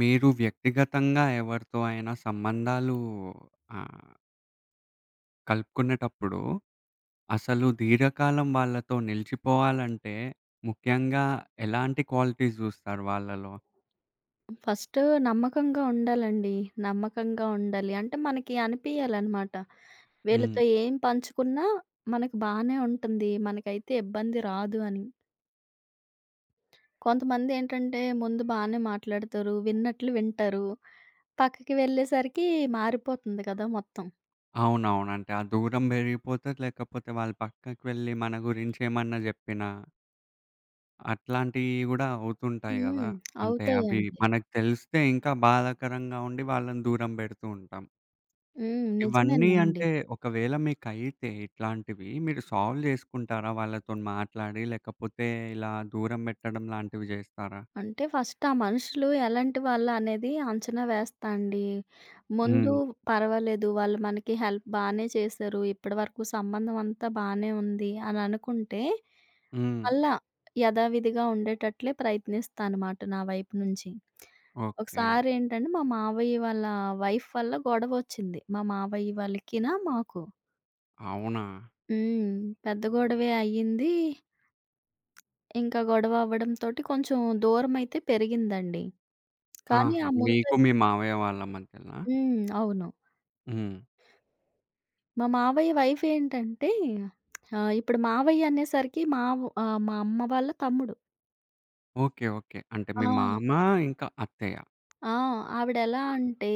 మీరు వ్యక్తిగతంగా ఎవరితో అయినా సంబంధాలు ఆహ్, కలుపుకునేటప్పుడు అసలు దీర్ఘకాలం వాళ్ళతో నిలిచిపోవాలంటే ముఖ్యంగా ఎలాంటి క్వాలిటీస్ జూస్తారు వాళ్ళలో? ఫస్టు నమ్మకంగా ఉండాలండి. నమ్మకంగా ఉండాలి. అంటే మనకి అనిపియాలనమాట. హ్మ్. వీళ్ళతో ఏం పంచుకున్నా మనకు బానే ఉంటుంది. మనకైతే ఇబ్బంది రాదు అని. కొంతమందేంటంటే ముందు బానే మాట్లాడతారు. విన్నట్లు వింటారు. పక్కకి వెళ్ళేసరికి మారిపోతుంది కదా మొత్తం. అవునవును. అంటే ఆ దూరం పెరిగిపోతే లేకపోతే వాళ్ళు పక్కకి వెళ్ళి మన గురించి ఏమన్నా జెప్పినా అట్లాంటియి గూడా అవుతుంటాయి గదా! హ్మ్. అంటే అవి అవుతాయండి. మనకు తెలిస్తే ఇంకా బాధాకరంగా ఉండి వాళ్ళని దూరం బెడుతూ ఉంటాం. హ్మ్. ఇవన్నీ నిజమేనండి. అంటే ఒకవేళ మీకైతే ఇట్లాంటివి, మీరు సాల్వ్ జేసుకుంటారా వాళ్ళతోని మాట్లాడి? లేకపోతే ఇలా దూరం బెట్టడం లాంటివి జేస్తారా? అంటే ఫస్ట్ ఆ మనుషులు ఎలాంటి వాళ్ళు అనేది అంచనా వేస్తా అండి. ముందు హ్మ్. పర్వాలేదు వాళ్ళు మనకి హెల్ప్ బానే చేశారు. ఇప్పటివరకు సంబంధం అంతా బానే ఉంది అని అనుకుంటే, హ్మ్. మళ్ళా యథావిధిగా ఉండేటట్లే ప్రయత్నిస్తా అనమాట నా వైపు నుంచి. ఓకే. ఒకసారి ఏంటంటే మా మావయ్య వాళ్ళ వైఫ్ వల్ల గొడవొచ్చింది. మా మావయ్య వాళ్ళకినా మాకు. అవునా? హ్మ్. పెద్ద గొడవే అయ్యింది. ఇంకా గొడవ అవ్వడంతోటి కొంచెం దూరమైతే పెరిగిందండి. కానీ ఆహా! ఆ ముందు మీకు మీ మావయ్య వాళ్ళ మధ్యలనా? హ్మ్. అవును. హ్మ్. మా మావయ్య వైఫ్ ఏంటంటే ఇప్పుడు మావయ్య అనేసరికి మా అమ్మ వాళ్ళ తమ్ముడు. ఓకే. ఓకే. అంటే ఆ! మీ మామ ఇంకా అత్తయ్య. ఆ! ఆవిడెలా ఆ! అంటే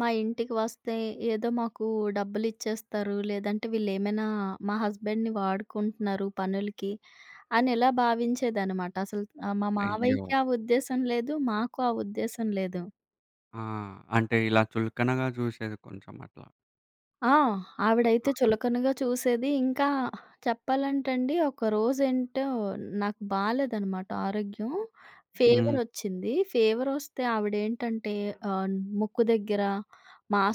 మా ఇంటికి వస్తే ఏదో మాకు డబ్బులిచ్చేస్తారు. లేదంటే వీళ్ళేమైనా మా హస్బెండ్‌ని వాడుకుంటున్నారు పనులకి అని ఇలా భావించేదనమాట. అసలు మా అయ్యో! మావయ్యకి ఆ ఉద్దేశ్యం లేదు. మాకు ఆ ఉద్దేశ్యం లేదు. ఆ! అంటే ఇలా చులకనగా జూసేది కొంచెం అట్లా. ఆ! ఆ! ఆవిడైతే చులకనగా చూసేది. ఇంకా చెప్పాలంటండి ఒకరోజేంటో నాకు బాలేదనమాట ఆరోగ్యం. హ్మ్. హ్మ్. ఫీవరొచ్చింది. ఫీవరొస్తే ఆవిడేంటంటే ఆహ్, ముక్కు దగ్గర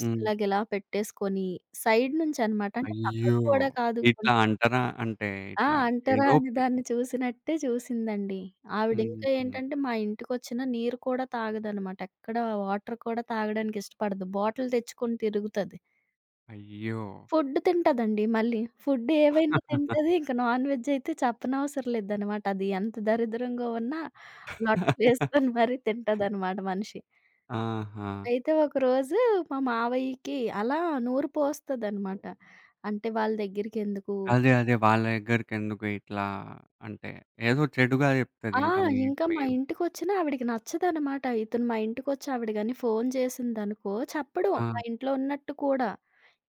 హ్మ్. ఇలా పెట్టేసుకొని సైడ్ నుంచనమాట. అంటే అయ్యో! పక్కకు కూడా కాదు. ఇట్లా కొంచెం అంటారా? అంటే ఆ! ఇట్లా ఏదో అంటరాని పెద్ద దాన్ని చూసినట్టే చూసిందండి. ఆవిడింకా హ్మ్. ఏంటంటే మా ఇంటికొచ్చినా నీరు కూడా తాగదనమాట. ఎక్కడ వాటర్ కూడా తాగడానికి ఇష్టపడదు. బాటిల్ తెచ్చుకొని తిరుగుతది. అయ్యో! ఫుడ్ తింటదండి మళ్ళీ. ఫుడ్ ఏవైనా తింటది. ఇంక నాన్ వెజ్ అయితే చెప్పనవసరం లేదనమాట. అది ఎంత దరిద్రంగా ఉన్నా లొట్ట వేసుకొని మరీ తింటదనమాట మనిషి. ఆహా! అయితే ఒకరోజు మా మావయ్యకి అలా నూరు పోస్తదనమాట. అంటే వాళ్ళ దగ్గరికెందుకు అదే. అదే. వాళ్ళ దగ్గరికెందుకు ఇట్లా అంటే ఏదో చెడుగా ఆ! చెప్తదింకా మీ ఇంకా మీ మా ఇంటికొచ్చినా ఆవిడకి నచ్చదనమాట. ఇతను మా ఇంటికొచ్చి ఆవిడ గాని ఫోను చేసిందనుకో చెప్పడు. ఆ! మా ఇంట్లో ఉన్నట్టు కూడా.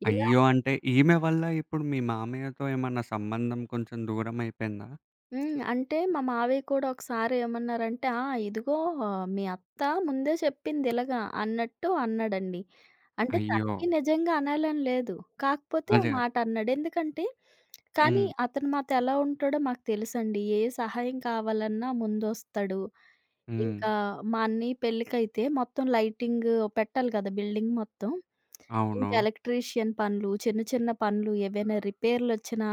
ఇలా అయ్యో! అంటే ఈమె వల్ల ఇప్పుడు మీ మామయ్యతో ఏమన్నా సంబంధం కొంచెం దూరం అయిపోయిందా? హ్మ్. అంటే మా మావయ్య కూడా ఒకసారి ఏమన్నారంటే, "ఆ! ఇదిగో ఆ, మీ అత్త ముందే చెప్పింది ఇలాగా" అన్నట్టు అన్నాడండి. అంటే అయ్యో! తనకి నిజంగా అనాలని లేదు. కాకపోతే ఆ అదే. అదే. మాట అన్నాడు. ఎందుకంటే కానీ హ్మ్. అతను మాతో ఎలా ఉంటాడో మాకు తెలుసండి. ఏ సహాయం కావాలన్నా ముందొస్తాడు. హ్మ్. ఇంకా మా అన్నయ్య పెళ్ళికైతే మొత్తం లైటింగ్ పెట్టాలి కదా! బిల్డింగ్ మొత్తం. అవును. ఇంకా ఎలక్ట్రీషియన్ పనులు, చిన్న చిన్న పనులు ఏవైనా రిపేర్‌లొచ్చినా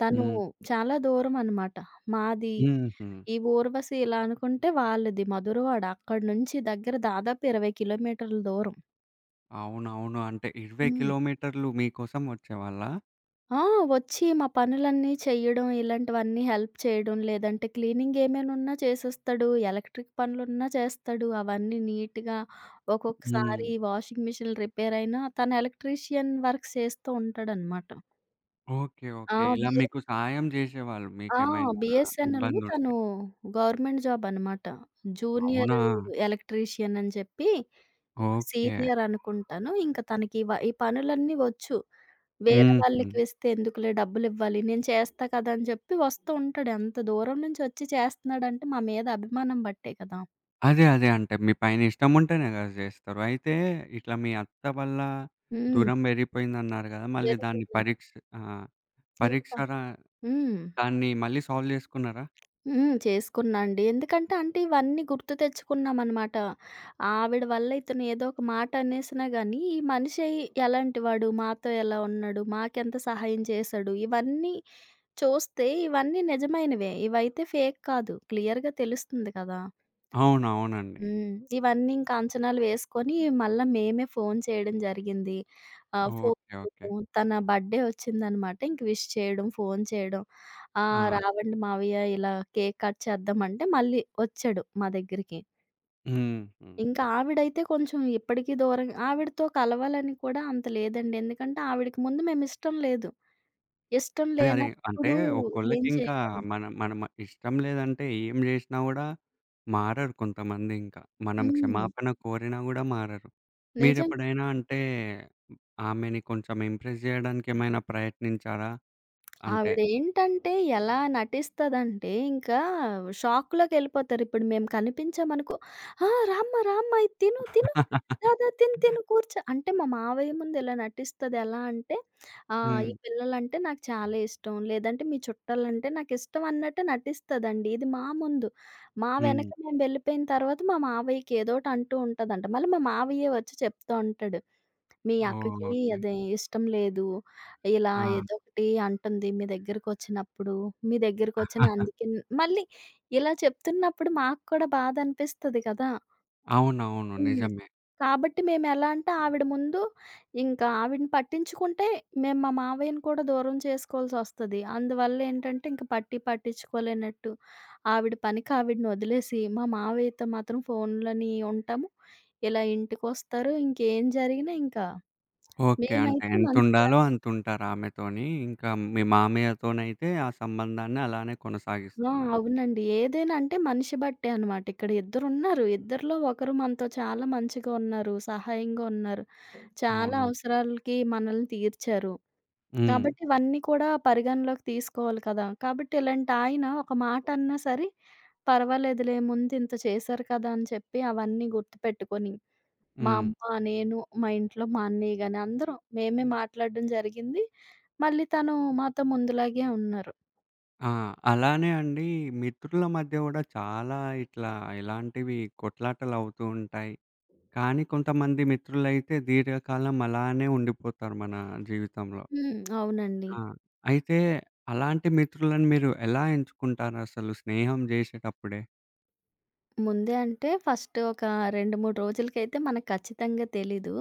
తను హ్మ్. చాలా దూరం అనమాట. మాది హుహు. ఈ 'ఊర్వశి' ఇలా అనుకుంటే వాళ్ళది మధురవాడ. అక్కడి నుంచి దగ్గర దాదాపు 20 కిలోమీటర్ల దూరం. అవునవును. అంటే 20 హ్మ్. కిలోమీటర్లు మీకోసం వచ్చేవాళ్ళా? ఆ! వచ్చి మా పనులన్నీ చెయ్యడం, ఇలాంటివన్నీ హెల్ప్ చేయడం, లేదంటే క్లీనింగ్ ఏమైనున్నా చేసేస్తాడు, ఎలక్ట్రిక్ పనులున్నా చేస్తాడు. అవన్నీ నీట్‌గా హ్మ్. ఒక్కొక్కసారి వాషింగ్ మిషన్ రిపేర్ అయినా తను ఎలక్ట్రీషియన్ వర్క్స్ చేస్తూ ఉంటాడనమాట. ఓకే. ఆ! ఓకే. ఇలా బి మీకు సహాయం చేసేవాళ్ళు ఆ! మీకేమైనా బిఎస్ఎన్ఎల్ ఇబ్బందుంటే. తను గవర్నమెంట్ జాబ్ అనమాట. జూనియర్ అవునా? ఎలక్ట్రీషియన్ అని చెప్పి ఇప్పుడు ఓకే. సీనియర్ అనుకుంటాను. ఇంక తనకి ఈ పనులన్నీ వచ్చు. వేరే హుహు. వాళ్ళకి ఇస్తే ఎందుకులే డబ్బులివ్వాలి. నేను చేస్తా కదా! అని చెప్పి వస్తూ ఉంటాడు. ఎంత దూరం నుంచి వచ్చి చేస్తున్నాడంటే మా మీద అభిమానం బట్టే కదా! అదే. అదే. అంటే మీ పైన ఇష్టముంటేనే గదా జేస్తారు. అయితే ఇట్లా మీ అత్త వల్ల హ్మ్. దూరం పెరిగిపోయిందన్నారు గదా! మళ్ళీ దాన్ని పెరిగిందని. పరీక్ష ఆ! ఇంక పరీక్ష త రా హ్మ్. దాన్ని మళ్ళీ సాల్వ్ జేసుకున్నారా? హ్మ్. చేసుకున్నా అండి. ఎందుకంటే అంటే ఇవన్నీ గుర్తు తెచ్చుకున్నామనమాట. ఆవిడ వల్ల ఇతను ఏదో ఒక మాట అనేసినా గానీ, ఈ మనిషి ఎలాంటి వాడు? మాతో ఎలా ఉన్నాడు? మాకెంత సహాయం చేశాడు? ఇవన్నీ చూస్తే ఇవన్నీ నిజమైనవే. ఇవైతే ఫేక్ కాదు. క్లియర్‌గా తెలుస్తుంది కదా! అవునవునండి. హ్మ్. ఇవన్నీ ఇంకా అంచనాలు వేసుకొని మళ్ళా మేమే ఫోను చేయడం జరిగింది. Phone okay. ఓకే. చేయడం తన బర్త్‌డే వచ్చిందనమాట. ఇంక విష్ చేయడం, ఫోను చేయడం. ఆ! "రావండి మావయ్య ఇలా కేక్ కట్ చేద్దాం" అంటే మళ్ళీ వచ్చాడు మా దగ్గరికి. హుహు. ఇంకా ఆవిడైతే కొంచెం ఇప్పటికి దూరం ఆవిడతో కలవాలని కూడా అంత లేదండి. ఎందుకంటే ఆవిడకి ముందు మేమిష్టం లేదు. ఇష్టం అదే. అదే. అంటే లేనప్పుడు ఏం ఒక్కోళ్ళకింకా చేయగలం? మన ఇష్టం లేదంటే ఏం జేషినా గూడా మారరు కొంతమంది ఇంకా. మనం హ్మ్. క్షమాపణ కోరినా గూడా మారరు. నిజం. మీరెప్పుడైనా అంటే ఆమెని కొంచెం ఇంప్రెస్ జేయడానికి ఏమైనా ప్రయత్నించారా? అంటే ఆవిడేంటంటే ఎలా నటిస్తదంటే, ఇంకా షాక్‌లోకెళ్ళిపోతారు. ఇప్పుడు మేము కనిపించామనుకో, "ఆ! రామ్మా, రామ్మా ఇది తిను, తిను. దా, దా తిను, తిను కూర్చో." అంటే మా మావయ్య ముందు ఇలా నటిస్తది. ఎలా అంటే, హ్మ్. "ఈ పిల్లలంటే నాకు చాలా ఇష్టం. లేదంటే మీ చుట్టాలంటే నాకిష్టం" అన్నట్టు నటిస్తదండి. ఇది మా ముందు. మా హ్మ్. వెనక మేము వెళ్ళిపోయిన తర్వాత మా మావయ్యకి ఏదోటి అంటూ ఉంటదంట. మళ్ళీ మా మావయ్యే వచ్చి చెప్తా ఉంటాడు, "మీ అక్కకి ఓకే. అదే ఇష్టం లేదు." ఇలా ఆ! ఏదో ఒకటి అంటుంది మీ దగ్గరకొచ్చినప్పుడు. మీ దగ్గరకొచ్చిన అందుకే మళ్ళీ ఇలా చెప్తున్నప్పుడు మాకు కూడా బాధనిపిస్తది కదా! అవునవును. హ్మ్. నిజమే. కాబట్టి మేమెలా అంటే ఆవిడ ముందు ఇంకా ఆవిడని పట్టించుకుంటే మేము మా మావయ్యని కూడా దూరం చేసుకోవాల్సొస్తది. అందువల్ల ఏంటంటే ఇంక పట్టి పట్టించుకోలేనట్టు ఆవిడ పనికి ఆవిడని వదిలేసి మా మావయ్యతో మాత్రం ఫోన్‌లోని ఉంటాము. ఇలా ఇంటికొస్తారు. ఇంకేం జరిగినా ఇంకా ఓకే. అంటే మేమైతే మంచిగా ఎంతుండాలో అంతుంటారు ఆమెతోని. ఇంకా మీ మామయ్యతోనైతే ఆ సంబంధాన్ని అలానే ఆ! కొనసాగిస్తున్నారు. అవునండి. ఏదైనా అంటే మనిషి బట్టే అనమాట. ఇక్కడ ఇద్దరున్నారు. ఇద్దరిలో ఒకరు మనతో చాలా మంచిగా ఉన్నారు. సహాయంగా ఉన్నారు. చాలా అవును. అవసరాలకి మనల్ని తీర్చారు. హ్మ్. కాబట్టి ఇవన్నీ కూడా పరిగణలోకి తీసుకోవాలి కదా! కాబట్టి ఇలాంటి ఆయన ఒక మాట అన్నా సరే పర్వాలేదులే ముందు ఇంత చేశారు కదా! అని చెప్పి అవన్నీ గుర్తుపెట్టుకొని మా హ్మ్. అమ్మ, నేను, మా ఇంట్లో మా అన్నయ్య గాని అందరం మేమే మాట్లాడడం జరిగింది. మళ్ళీ తను మాతో ముందులాగే ఉన్నారు. ఆ! అలానే అండి మిత్రుల మధ్య గూడా చాలా ఇట్లా ఇలాంటివి కొట్లాటలవుతూ ఉంటాయి. కానీ కొంతమంది మిత్రులైతే దీర్ఘకాలం అలానే ఉండిపోతారు మన జీవితంలో. హ్మ్. అవునండి. ఆ! అయితే అలాంటి మిత్రులను మీరు ఎలా ఎంచుకుంటారసలు స్నేహం జేసేటప్పుడే? ముందే అంటే ఫస్ట్ ఒక 2, 3 రోజులకైతే మనకు ఖచ్చితంగా తెలీదు.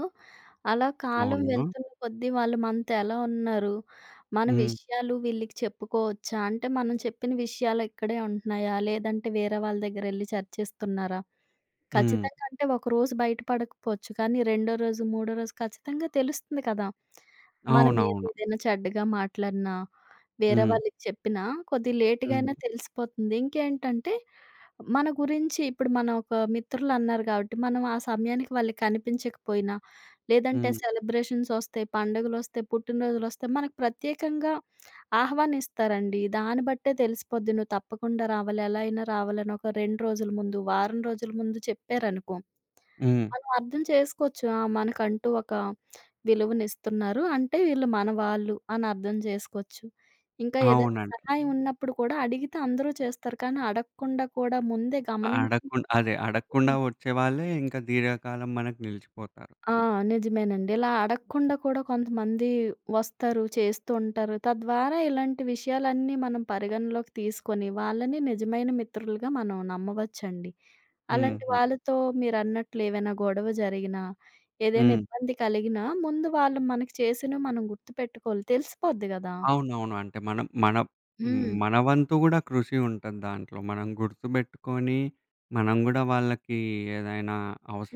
అలా కాలం అవును. వెళ్తున్న కొద్దీ వాళ్ళు మనతో ఎలా ఉన్నారు? మన హ్మ్. విషయాలు వీళ్ళకి చెప్పుకోవచ్చా? అంటే మనం చెప్పిన విషయాలు ఇక్కడే ఉంటున్నాయా? లేదంటే వేరే వాళ్ళ దగ్గరెళ్లి చర్చిస్తున్నారా? హ్మ్. ఖచ్చితంగా అంటే ఒకరోజు బయటపడకపోవచ్చు. కానీ రెండో రోజు, మూడో రోజు ఖచ్చితంగా తెలుస్తుంది కదా! మనం అవునవును. ఏదేదైనా చెడ్డగా మాట్లాడినా, వేరే హ్మ్. వాళ్ళకి చెప్పినా కొద్దిగా లేట్‌గా హ్మ్. అయినా తెలిసిపోతుంది. ఇంకేంటంటే మన గురించి ఇప్పుడు మనం ఒక మిత్రులన్నారు గాబట్టి, మనం ఆ సమయానికి వాళ్ళకి కనిపించకపోయినా, లేదంటే హ్మ్. సెలబ్రేషన్సొస్తాయి, పండుగలొస్తాయి, పుట్టినరోజులొస్తాయి, మనకు ప్రత్యేకంగా ఆహ్వానిస్తారండి. దాన్ని బట్టే తెలిసిపోద్ది నువ్వు తప్పకుండా రావాలి, ఎలా అయినా రావాలని ఒక 2 రోజుల ముందు, వారం రోజుల ముందు చెప్పారనుకో, హ్మ్. మనం అర్థం చేసుకోవచ్చు. ఆ! మనకంటూ ఒక విలువనిస్తున్నారు. అంటే వీళ్ళు మన వాళ్ళు అని అర్థం చేసుకోవచ్చు. ఇంకా ఏదైనా అవునండి. సహాయం ఉన్నప్పుడు కూడా అడిగితే అందరూ చేస్తారు. కానీ అడగకుండా కూడా ముందే గమనించి అడక్కుం అదే అడగకుండా హ్మ్. వచ్చేవాళ్ళే ఇంకా దీర్ఘకాలం మనకు నిలిచిపోతారు. ఆ! నిజమేనండి. ఇలా అడగకుండా కూడా కొంతమంది వస్తారు, చేస్తూ ఉంటారు. తద్వారా ఇలాంటి విషయాలన్నీ మనం పరిగణలోకి తీసుకొని వాళ్ళని నిజమైన మిత్రులుగా మనం నమ్మవచ్చండి. అలాంటి హుహు. వాళ్ళతో మీరన్నట్లు ఏవైనా గొడవ జరిగినా, ఏదైనా హ్మ్. ఇబ్బంది కలిగినా ముందు వాళ్ళు మనకి చేసినవి మనం గుర్తుపెట్టుకోవాలి. తెలిసిపోద్ది గదా! అవునవును. అంటే మనం మన హ్మ్. హ్మ్. మన వంతు గూడా కృషి ఉంటది దాంట్లో. మనం గుర్తుబెట్టుకొని, మనం గూడా వాళ్ళకి ఏదైనా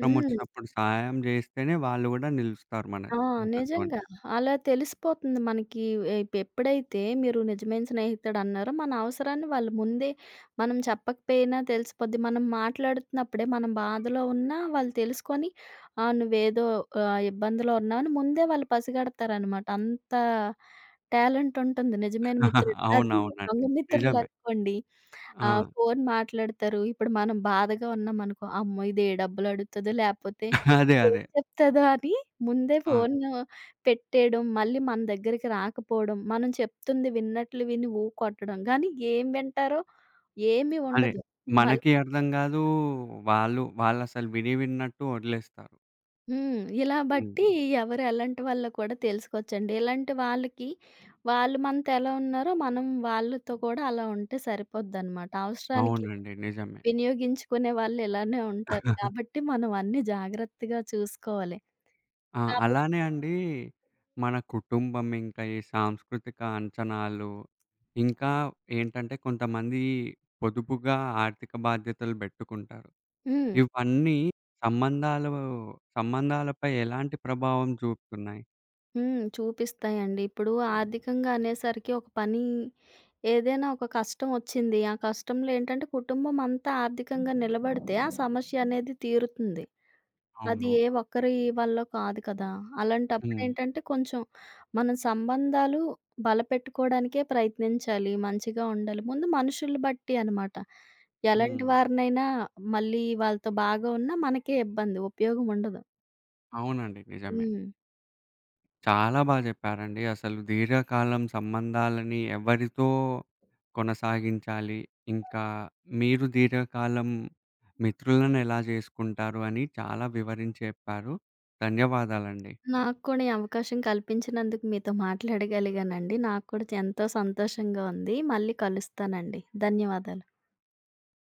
హ్మ్. సహాయం జేస్తేనే వాళ్ళు గూడా నిలుస్తారు మన ఆ! మనతోని. నిజంగా. అలా తెలిసిపోతుంది మనకి. ఎప్పుడైతే మీరు నిజమైన స్నేహితుడన్నారో, మన అవసరాన్ని వాళ్ళు ముందే మనం చెప్పకపోయినా తెలిసిపోద్ది. మనం మాట్లాడుతున్నప్పుడే మనం బాధలో ఉన్నా వాళ్ళు తెలుసుకొని, ఆ! నువ్వేదో ఇబ్బందిలో ఉన్నావని ముందే వాళ్ళు పసిగడతారనమాట. అంత టాలెంట్ ఉంటుంది నిజమైన మిత్రుడికి. అది అవునవునండి. దొంగ నిజమే. మిత్రులనుకోండి ఆ! ఫోను మాట్లాడతారు. ఇప్పుడు మనం బాధగా ఉన్నామనుకో, అమ్మో! ఇది ఏ డబ్బులు అడుగుతదో లేపోతే అదే. ఏం అదే. చెప్తదో అని ముందే ఆ! ఫోను పెట్టేయడం, మళ్ళీ మన దగ్గరికి రాకపోవడం, మనం చెప్తుంది విన్నట్లు విని ఊ కొట్టడం. కానీ ఏం వింటారో ఏమి అదే. ఉండదు. మళ్ మనకి అర్థం గాదు. వాళ్ళు వాళ్ళసలు విని విన్నట్టు వదిలేస్తారు. హ్మ్. ఇలా హ్మ్. బట్టి ఎవరు ఎలాంటి వాళ్ళో కూడా తెలుసుకోవచ్చండి. ఇలాంటి వాళ్ళకి వాళ్ళు మనతో ఎలా ఉన్నారో మనం వాళ్ళతో కూడా అలా ఉంటే సరిపోద్దనమాట. అవసరానికి అవునండి. నిజమే. వినియోగించుకునే వాళ్ళు ఇలానే ఉంటారు. కాబట్టి మనం అన్నీ జాగ్రత్తగా చూసుకోవాలి. ఆ! కాబ అలానే అండి మన కుటుంబం, ఇంకా ఈ సాంస్కృతిక అంచనాలు, ఇంకా ఏంటంటే కొంతమంది పొదుపుగా ఆర్థిక బాధ్యతలు పెట్టుకుంటారు. హ్మ్. ఇవన్నీ సంబంధాలు సంబంధాలపై ఎలాంటి ప్రభావం చూపుతున్నాయి? హ్మ్. చూపిస్తాయండి. ఇప్పుడు ఆర్థికంగా అనేసరికి ఒక పని ఏదైనా ఒక కష్టం వచ్చింది. ఆ కష్టంలో ఏంటంటే కుటుంబం అంతా ఆర్థికంగా నిలబడితే ఆ సమస్య అనేది తీరుతుంది. అది అవును. ఏ ఒక్కరి వల్ల కాదు కదా! హ్మ్. అలాంటప్పుడేంటంటే కొంచెం మనం సంబంధాలు బలపెట్టుకోవడానికే ప్రయత్నించాలి. మంచిగా ఉండాలి. ముందు మనుషులు బట్టి అనమాట. ఎలాంటి హ్మ్. వారినైనా మళ్ళీ వాళ్ళతో బాగా ఉన్నా మనకే ఇబ్బంది. ఉపయోగం ఉండదు. అవునండి. నిజమే. హ్మ్. చాలా బా జెప్పారండి. అసలు దీర్ఘకాలం సంబంధాలని ఎవరితో కొనసాగించాలి, ఇంకా మీరు దీర్ఘకాలం మిత్రులనెలా జేసుకుంటారు అని చాలా వివరించి చెప్పారు. ధన్యవాదాలండి. నాకు కూడా ఈ అవకాశం కల్పించినందుకు మీతో మాట్లాడగలిగానండి. నాకు కూడా ఎంతో సంతోషంగా ఉంది. మళ్ళీ కలుస్తానండి. ధన్యవాదాలు.